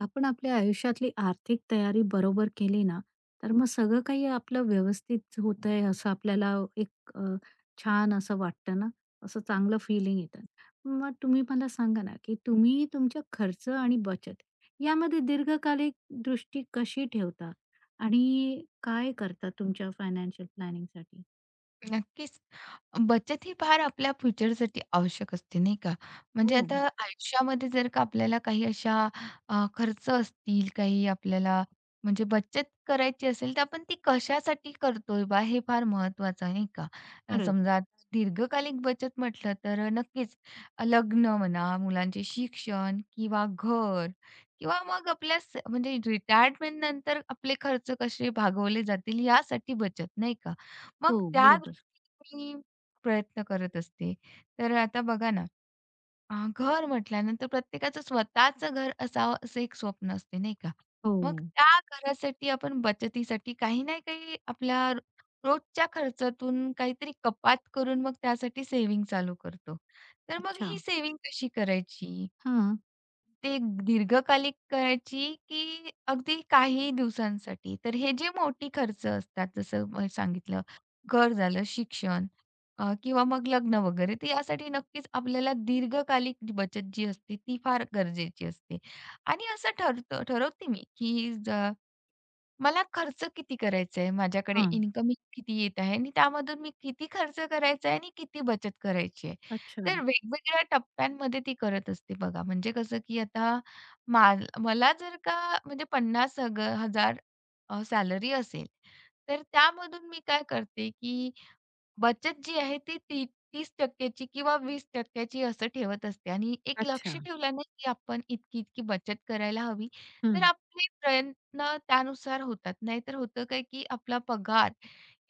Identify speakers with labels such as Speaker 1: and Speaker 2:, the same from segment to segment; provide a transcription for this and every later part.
Speaker 1: आपण आपल्या आयुष्यातली आर्थिक तयारी बरोबर केली ना, तर मग सगळं काही आपलं व्यवस्थित होतंय असं आपल्याला एक छान असं वाटतं ना, असं चांगलं फिलिंग येतं. मग तुम्ही मला सांगा ना, की तुम्ही तुमच्या खर्च आणि बचत यामध्ये दीर्घकालीन दृष्टी कशी ठेवता? आणि काय करता तुमच्या फायनान्शियल प्लॅनिंगसाठी?
Speaker 2: नक्कीच. बचत ही फार आपल्या फ्युचरसाठी आवश्यक असते, नाही का?
Speaker 1: हो,
Speaker 2: म्हणजे आता आयुष्यामध्ये जर का आपल्याला काही अशा खर्च असतील, काही आपल्याला म्हणजे बचत करायची असेल, तर आपण ती कशासाठी करतोय बा, हे फार महत्त्वाचं आहे, नाही का?
Speaker 1: खरंच.
Speaker 2: समजा आता दीर्घकालीन बचत म्हटलं तर नक्कीच लग्न म्हणा, मुलांचे शिक्षण किंवा घर किंवा मग आपल्या म्हणजे रिटायरमेंटनंतर आपले खर्च कसे भागवले जातील यासाठी बचत, नाही का? मग
Speaker 1: हो,
Speaker 2: त्या
Speaker 1: बरोबर.
Speaker 2: दृष्टीने प्रयत्न करत असते. तर आता बघा ना, घर म्हटल्यानंतर प्रत्येकाचं स्वतःचं घर असावं असं एक स्वप्न असते, नाही का?
Speaker 1: हो.
Speaker 2: मग त्या घरासाठी आपण बचतीसाठी काही ना काही आपल्या रोजच्या खर्चातून काहीतरी कपात करून मग त्यासाठी सेव्हिंग चालू करतो. तर मग
Speaker 1: अच्छा.
Speaker 2: ही सेव्हिंग कशी करायची?
Speaker 1: हां.
Speaker 2: ते दीर्घकालिक करायची, की अगदी काही दिवसांसाठी? तर हे जे मोठी खर्च असतात, जसं मी सांगितलं, घर झालं, शिक्षण किंवा मग लग्न वगैरे. तर यासाठी नक्कीच आपल्याला दीर्घकालिक जी बचत असते ती फार गरजेची असते. आणि असं ठरवते मी, की मला खर्च किती करायचा आहे, माझ्याकडे
Speaker 1: हां.
Speaker 2: इन्कमिंग किती येत आहे आणि त्यामधून मी किती खर्च करायचा आहे आणि किती बचत करायची आहे.
Speaker 1: अच्छा.
Speaker 2: तर वेगवेगळ्या टप्प्यांमध्ये ती करत असते बघा. म्हणजे कसं, की आता मला जर का म्हणजे 50 हग हजार सॅलरी असेल, तर त्यामधून मी काय करते, की बचत जी आहे ती ती 30% ची किंवा 20% ची असं ठेवत असते आणि एक लक्ष
Speaker 1: अच्छा.
Speaker 2: ठेवलं ना, की आपण इतकी-इतकी बचत करायला हवी, तर
Speaker 1: हं.
Speaker 2: आपले प्रयत्न त्यानुसार होतात. नाहीतर होतं काय, की आपला पगार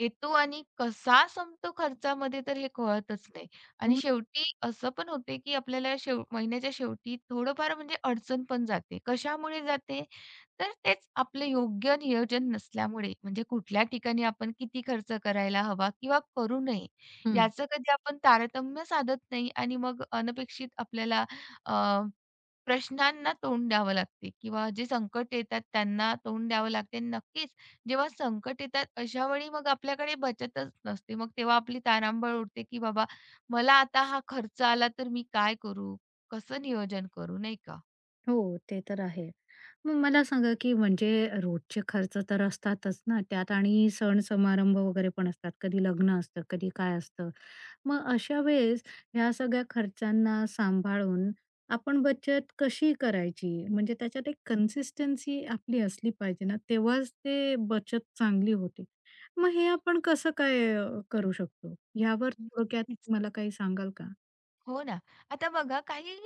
Speaker 2: येतो आणि कसा संपतो खर्चामध्ये तर हे कळतच नाही. आणि शेवटी असं पण होते, की आपल्याला महिन्याच्या शेवटी थोडंफार म्हणजे अडचण पण जाते. कशामुळे जाते? तर तेच आपलं योग्य नियोजन नसल्यामुळे म्हणजे कुठल्या ठिकाणी आपण किती खर्च करायला हवा किंवा करू नये
Speaker 1: हं.
Speaker 2: याचं कधी आपण तारतम्य साधत नाही आणि मग अनपेक्षित आपल्याला अ, प्रश्नांना तोंड द्यावं लागते किंवा जे संकट येतात त्यांना तोंड द्यावं लागते नक्कीच जेव्हा संकट येतात अशा वेळी मग आपल्याकडे बचतच नसते मग तेव्हा आपली तारांबळ उडते की बाबा मला आता हा खर्च आला तर मी काय करू कसं नियोजन करू नाही का
Speaker 1: हो, ते तर आहे. मग मला सांगा, की म्हणजे रोजचे खर्च तर असतातच ना, त्यात आणि सण समारंभ वगैरे पण असतात. कधी लग्न असतं, कधी काय असतं. मग अशा वेळेस ह्या सगळ्या खर्चांना सांभाळून आपण बचत कशी करायची? म्हणजे त्याच्यात एक कन्सिस्टन्सी आपली असली पाहिजे ना, तेव्हाच ते बचत चांगली होते. मग हे आपण कसं काय करू शकतो? ह्यावर थोडक्यात मला काही सांगाल का?
Speaker 2: हो ना. आता बघा काही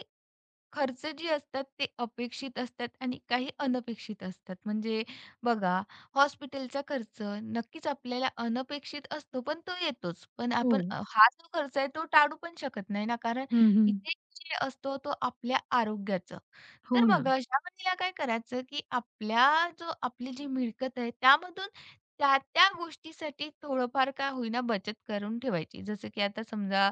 Speaker 2: खर्च जे असतात ते अपेक्षित असतात आणि काही अनपेक्षित असतात. म्हणजे बघा हॉस्पिटलचा खर्च नक्कीच आपल्याला अनपेक्षित असतो, पण तो येतोच. पण
Speaker 1: हो.
Speaker 2: आपण हा जो खर्च आहे तो टाळू पण शकत नाही ना, कारण
Speaker 1: हं, हं.
Speaker 2: इथे जे असतो तो आपल्या आरोग्याचं. तर
Speaker 1: हो ना.
Speaker 2: मग अशा वेळेला काय करायचं, की आपल्या जो आपली जी मिळकत आहे त्यामधून त्या-त्या गोष्टीसाठी थोडंफार का होईना बचत करून ठेवायची. जसं की आता समजा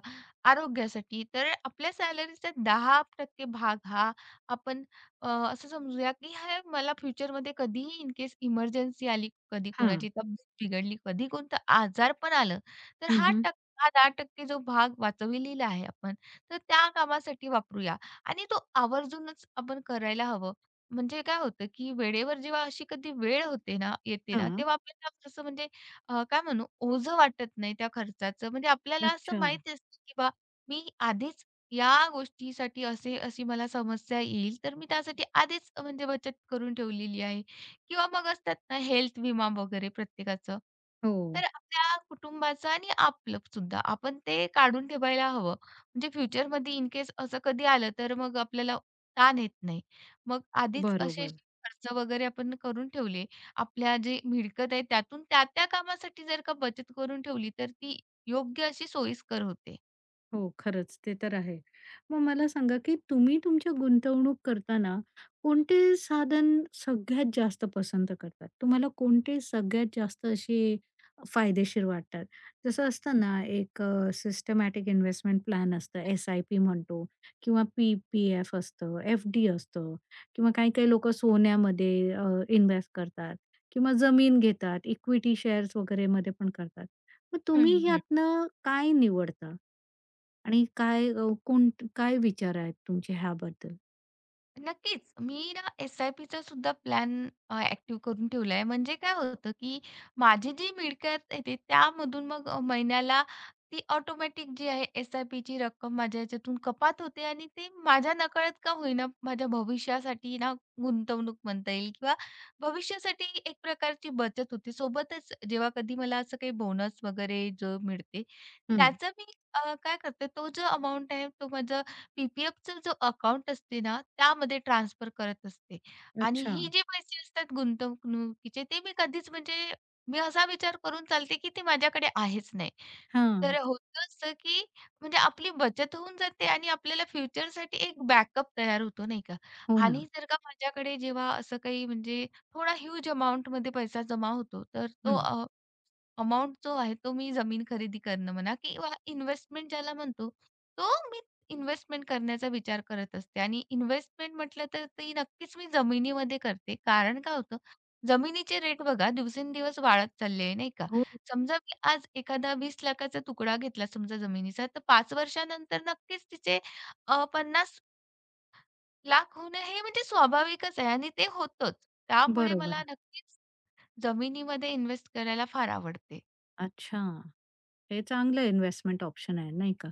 Speaker 2: आरोग्यासाठी. तर आपल्या सॅलरीचा 10% भाग हा आपण असं समजूया, की हे मला फ्युचरमध्ये कधीही इन केस इमर्जन्सी आली, कधी
Speaker 1: हां.
Speaker 2: कुणाची तब्येत बिघडली, कधी कोणतं आजार पण आलं, तर
Speaker 1: हं,
Speaker 2: हा
Speaker 1: हं.
Speaker 2: टक्क हा 10% जो भाग वाचविलेला आहे आपण, तर त्या कामासाठी वापरूया आणि तो आवर्जूनच आपण करायला हवं. म्हणजे काय होतं, की वेळेवर जेव्हा अशी कधी वेळ होते ना येते ना,
Speaker 1: हां.
Speaker 2: तेव्हा आपल्याला जसं म्हणजे काय म्हणू ओझं वाटत नाही त्या खर्चाचं. म्हणजे आपल्याला असं
Speaker 1: अच्छा.
Speaker 2: माहिती असतं, की मी आधीच या गोष्टीसाठी अशी मला समस्या येईल, तर मी त्यासाठी आधीच म्हणजे बचत करून ठेवलेली आहे किंवा मग असतात ना हेल्थ विमा वगैरे प्रत्येकाचं.
Speaker 1: हो.
Speaker 2: तर आपल्या कुटुंबाचं आणि आपलं सुद्धा आपण ते काढून ठेवायला हवं. म्हणजे फ्युचरमध्ये इन केस असं कधी आलं तर मग आपल्याला ताण येत नाही. मग आधीच असे
Speaker 1: बरोबर.
Speaker 2: खर्च वगैरे आपण करून ठेवले, आपल्या जे मिळकत आहे त्यातून त्या-त्या कामासाठी जर का बचत करून ठेवली, तर ती योग्य अशी सोयीस्कर होते.
Speaker 1: हो, खरंच. ते तर आहे. मग मला सांगा, की तुम्ही तुमच्या गुंतवणूक करताना कोणते साधन सगळ्यात जास्त पसंत करतात? तुम्हाला कोणते सगळ्यात जास्त असे फायदेशीर वाटतात? जसं असतं ना, एक सिस्टमॅटिक इन्व्हेस्टमेंट प्लॅन असतं, एस-आय-पी म्हणतो किंवा पी-पी-एफ असतं, एफ-डी असतं किंवा काही-काही लोकं सोन्यामध्ये इन्व्हेस्ट करतात किंवा जमीन घेतात, इक्विटी शेअर्स वगैरेमध्ये पण करतात. मग तुम्ही
Speaker 2: हं,
Speaker 1: ह्यातनं काय निवडता? आणि काय काय विचार आहेत तुमचे ह्याबद्दल?
Speaker 2: नक्कीच. मी ना एस-आय-पीचा सुद्धा प्लॅन ॲक्टिव्ह करून ठेवलाय. म्हणजे काय होतं, की माझी जी मिळकत येते त्यामधून मग महिन्याला ती ऑटोमॅटिक जी आहे एस-आय-पीची रक्कम माझ्या ह्याच्यातून कपात होते आणि ते माझ्या नकळत का होईना माझ्या भविष्यासाठी ना गुंतवणूक म्हणता येईल किंवा भविष्यासाठी एक प्रकारची बचत होते. सोबतच जेव्हा कधी मला असं काही बोनस वगैरे जो मिळते
Speaker 1: हं.
Speaker 2: त्याचं मी काय करते तो जो अमाउंट आहे तो माझं पी पी जो अकाउंट असते ना, त्यामध्ये ट्रान्सफर करत असते. आणि
Speaker 1: अच्छा.
Speaker 2: हे जे पैसे असतात गुंतवणुकीचे ते मी कधीच म्हणजे मी असा विचार करून चालते, की ते माझ्याकडे आहेच नाही. तर
Speaker 1: हां.
Speaker 2: होतं असं, की म्हणजे आपली बचत होऊन जाते आणि आपल्याला फ्युचरसाठी एक बॅकअप तयार होतो नाही का?
Speaker 1: हो ना.
Speaker 2: आणि जर का माझ्याकडे जेव्हा असं काही म्हणजे थोडा ह्यूज अमाउंटमध्ये पैसा जमा होतो, तर तो
Speaker 1: हं.
Speaker 2: अमाउंट जो आहे तो मी जमीन खरेदी करणं म्हणा किंवा इन्व्हेस्टमेंट ज्याला म्हणतो, तो मी इन्व्हेस्टमेंट करण्याचा विचार करत असते आणि इन्व्हेस्टमेंट म्हटलं तर ती नक्कीच मी जमिनीमध्ये करते. कारण काय होतं, जमिनीचे रेट बघा दिवसेंदिवस वाढत चालले आहे, नाही का?
Speaker 1: हो,
Speaker 2: समजा मी आज एखादा 20 लाखाचा तुकडा घेतला समजा जमिनीचा, तर 5 वर्षानंतर नक्कीच तिचे 50 लाख होणं हे म्हणजे स्वाभाविकच आहे आणि ते होतंच. त्यामुळे मला
Speaker 1: बरोबर.
Speaker 2: नक्कीच जमिनीमध्ये इन्व्हेस्ट करायला फार आवडते.
Speaker 1: अच्छा. हे चांगलं इन्व्हेस्टमेंट ऑप्शन आहे, नाही का?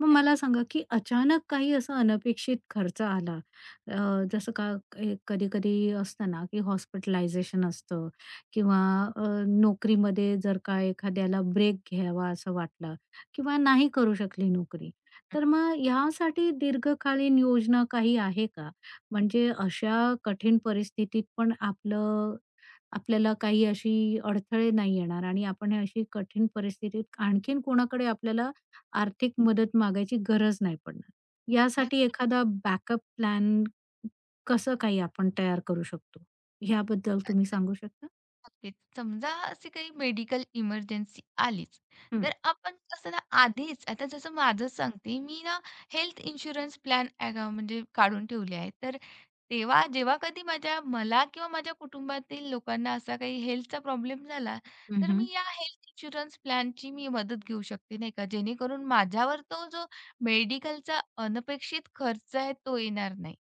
Speaker 1: मग मला
Speaker 2: नक्कीच.
Speaker 1: सांगा, की अचानक काही असा अनपेक्षित खर्च आला, अ, जसं का कधी-कधी असतं ना, की हॉस्पिटलायझेशन असतं किंवा अ, नोकरीमध्ये जर का एखाद्याला ब्रेक घ्यावा असं वाटलं किंवा नाही करू शकली नोकरी. तर मग ह्यासाठी दीर्घकालीन योजना काही आहे का? म्हणजे अशा कठीण परिस्थितीत पण आपल्याला काही अशी अडथळे नाही येणार आणि आपण हे अशी कठीण परिस्थितीत आणखीन कोणाकडे आपल्याला आर्थिक मदत मागायची गरज नाही पडणार. यासाठी
Speaker 2: नक्की.
Speaker 1: एखादा बॅकअप प्लॅन कसं काही आपण तयार करू शकतो? ह्याबद्दल तुम्ही सांगू शकता?
Speaker 2: नक्कीच. समजा अशी काही मेडिकल इमर्जन्सी आलीच,
Speaker 1: हं,
Speaker 2: तर आपण कसं ना आधीच आता जसं माझंच सांगते, मी ना हेल्थ इन्शुरन्स प्लॅन म्हणजे काढून ठेवले आहे. तर तेव्हा जेव्हा कधी मला किंवा माझ्या कुटुंबातील लोकांना असा काही हेल्थचा प्रॉब्लेम झाला,
Speaker 1: हं,
Speaker 2: तर
Speaker 1: हं.
Speaker 2: मी या हेल्थ इन्शुरन्स प्लॅनची मदत घेऊ शकते, नाही का. जेणेकरून माझ्यावर तो जो मेडिकलचा अनपेक्षित खर्च आहे, तो येणार नाही.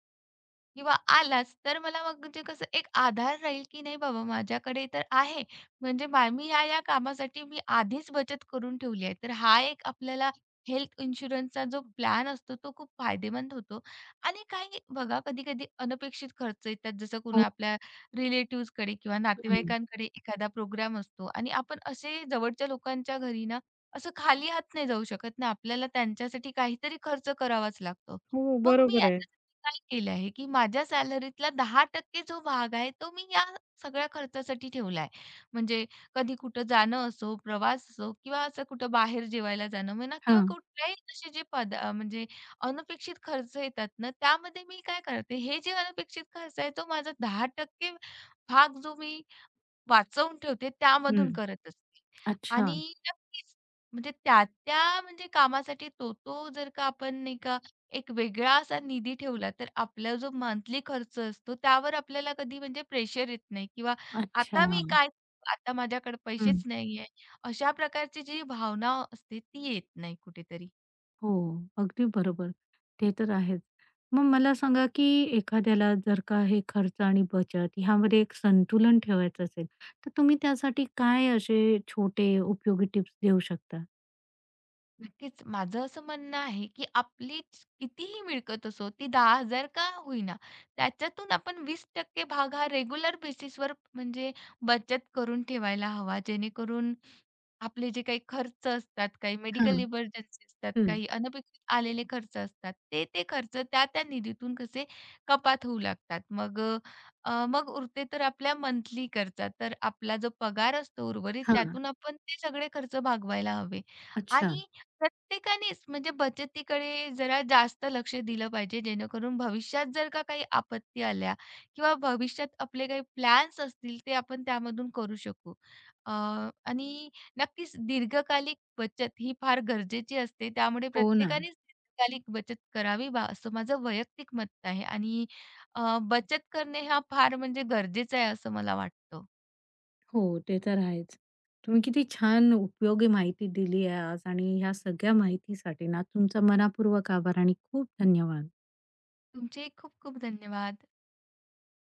Speaker 2: किंवा आलाच, तर मला मग म्हणजे कसं एक आधार राहील, की नाही बाबा माझ्याकडे तर आहे. म्हणजे मी कामासाठी मी आधीच बचत करून ठेवली आहे. तर हा एक आपल्याला हेल्थ इन्शुरन्सचा जो प्लॅन असतो, तो खूप फायदेमंद होतो. आणि काही बघा कधी-कधी अनपेक्षित खर्च येतात, जसं कुणा
Speaker 1: हो,
Speaker 2: आपल्या रिलेटिव्हजकडे किंवा
Speaker 1: हं.
Speaker 2: नातेवाईकांकडे एखादा प्रोग्राम असतो आणि आपण असे जवळच्या लोकांच्या घरी ना, असं खाली हात नाही जाऊ शकत ना, आपल्याला त्यांच्यासाठी काहीतरी खर्च करावाच लागतो.
Speaker 1: हो,
Speaker 2: मग मी
Speaker 1: बरोबर आहे.
Speaker 2: काय केलं आहे, की माझ्या सॅलरीतला 10% जो भाग आहे, तो मी या सगळ्या खर्चासाठी ठेवला आहे. म्हणजे कधी कुठं जाणं असो, प्रवास असो किंवा असं कुठं बाहेर जेवायला जाणं म्हणा किंवा
Speaker 1: हां.
Speaker 2: कुठल्याही असे जे पदा म्हणजे अनपेक्षित खर्च येतात ना, त्यामध्ये मी काय करते, हे जे अनपेक्षित खर्च आहे, तो माझा 10% भाग जो मी वाचवून ठेवते त्यामधून
Speaker 1: हं.
Speaker 2: करत असते.
Speaker 1: अच्छा,
Speaker 2: आणि नक्कीच म्हणजे त्या-त्या म्हणजे कामासाठी तो-तो जर का आपण नाही का एक वेगळा असा निधी ठेवला, तर आपला जो मंथली खर्च असतो त्यावर आपल्याला कधी म्हणजे प्रेशर येत नाही किंवा
Speaker 1: अच्छा.
Speaker 2: आता मी काय करू? आता माझ्याकडे पैसेच
Speaker 1: हं.
Speaker 2: नाहीये. अशा प्रकारची जी भावना असते ती येत नाही कुठेतरी.
Speaker 1: हो, अगदी बरोबर. ते तर आहेच. मग मला सांगा, की एखाद्याला जर का हे खर्च आणि बचत ह्यामध्ये एक संतुलन ठेवायचं असेल, तर तुम्ही त्यासाठी काय असे छोटे उपयोगी टिप्स देऊ शकता?
Speaker 2: नक्कीच. माझं असं म्हणणं आहे, की आपलीच कितीही मिळकत असो, ती 10,000 का होईना, त्याच्यातून आपण 20% भाग हा रेग्युलर बेसिसवर म्हणजे बचत करून ठेवायला हवा. जेणेकरून आपले जे काही खर्च असतात, काही
Speaker 1: हां,
Speaker 2: मेडिकल इमर्जन्सी असतात,
Speaker 1: हं,
Speaker 2: काही अनपेक्षित आलेले खर्च असतात, ते ते खर्च त्या-त्या निधीतून कसे कपात होऊ लागतात. मग मग उरते तर आपल्या मंथली खर्चा. तर आपला जो पगार असतो उर्वरित
Speaker 1: हां.
Speaker 2: त्यातून आपण ते सगळे खर्च भागवायला हवे.
Speaker 1: अच्छा.
Speaker 2: आणि प्रत्येकानेच म्हणजे बचतीकडे जरा जास्त लक्ष दिलं पाहिजे, जेणेकरून भविष्यात जर का काही आपत्ती आल्या किंवा भविष्यात आपले काही प्लॅन्स असतील, ते आपण त्यामधून करू शकू. अ, आणि नक्कीच दीर्घकालिक बचत ही फार गरजेची असते. त्यामुळे
Speaker 1: हो ना.
Speaker 2: प्रत्येकानेच दीर्घकालिक बचत करावी बा, असं माझं वैयक्तिक मत आहे. आणि बचत करणे हा फार म्हणजे गरजेचं आहे, असं मला वाटतं.
Speaker 1: हो, ते तर आहेच. तुम्ही किती छान उपयोगी माहिती दिली आहे आज आणि ह्या सगळ्या माहितीसाठी ना तुमचा मनःपूर्वक आभार आणि खूप धन्यवाद.
Speaker 2: तुमचे खूप खूप धन्यवाद.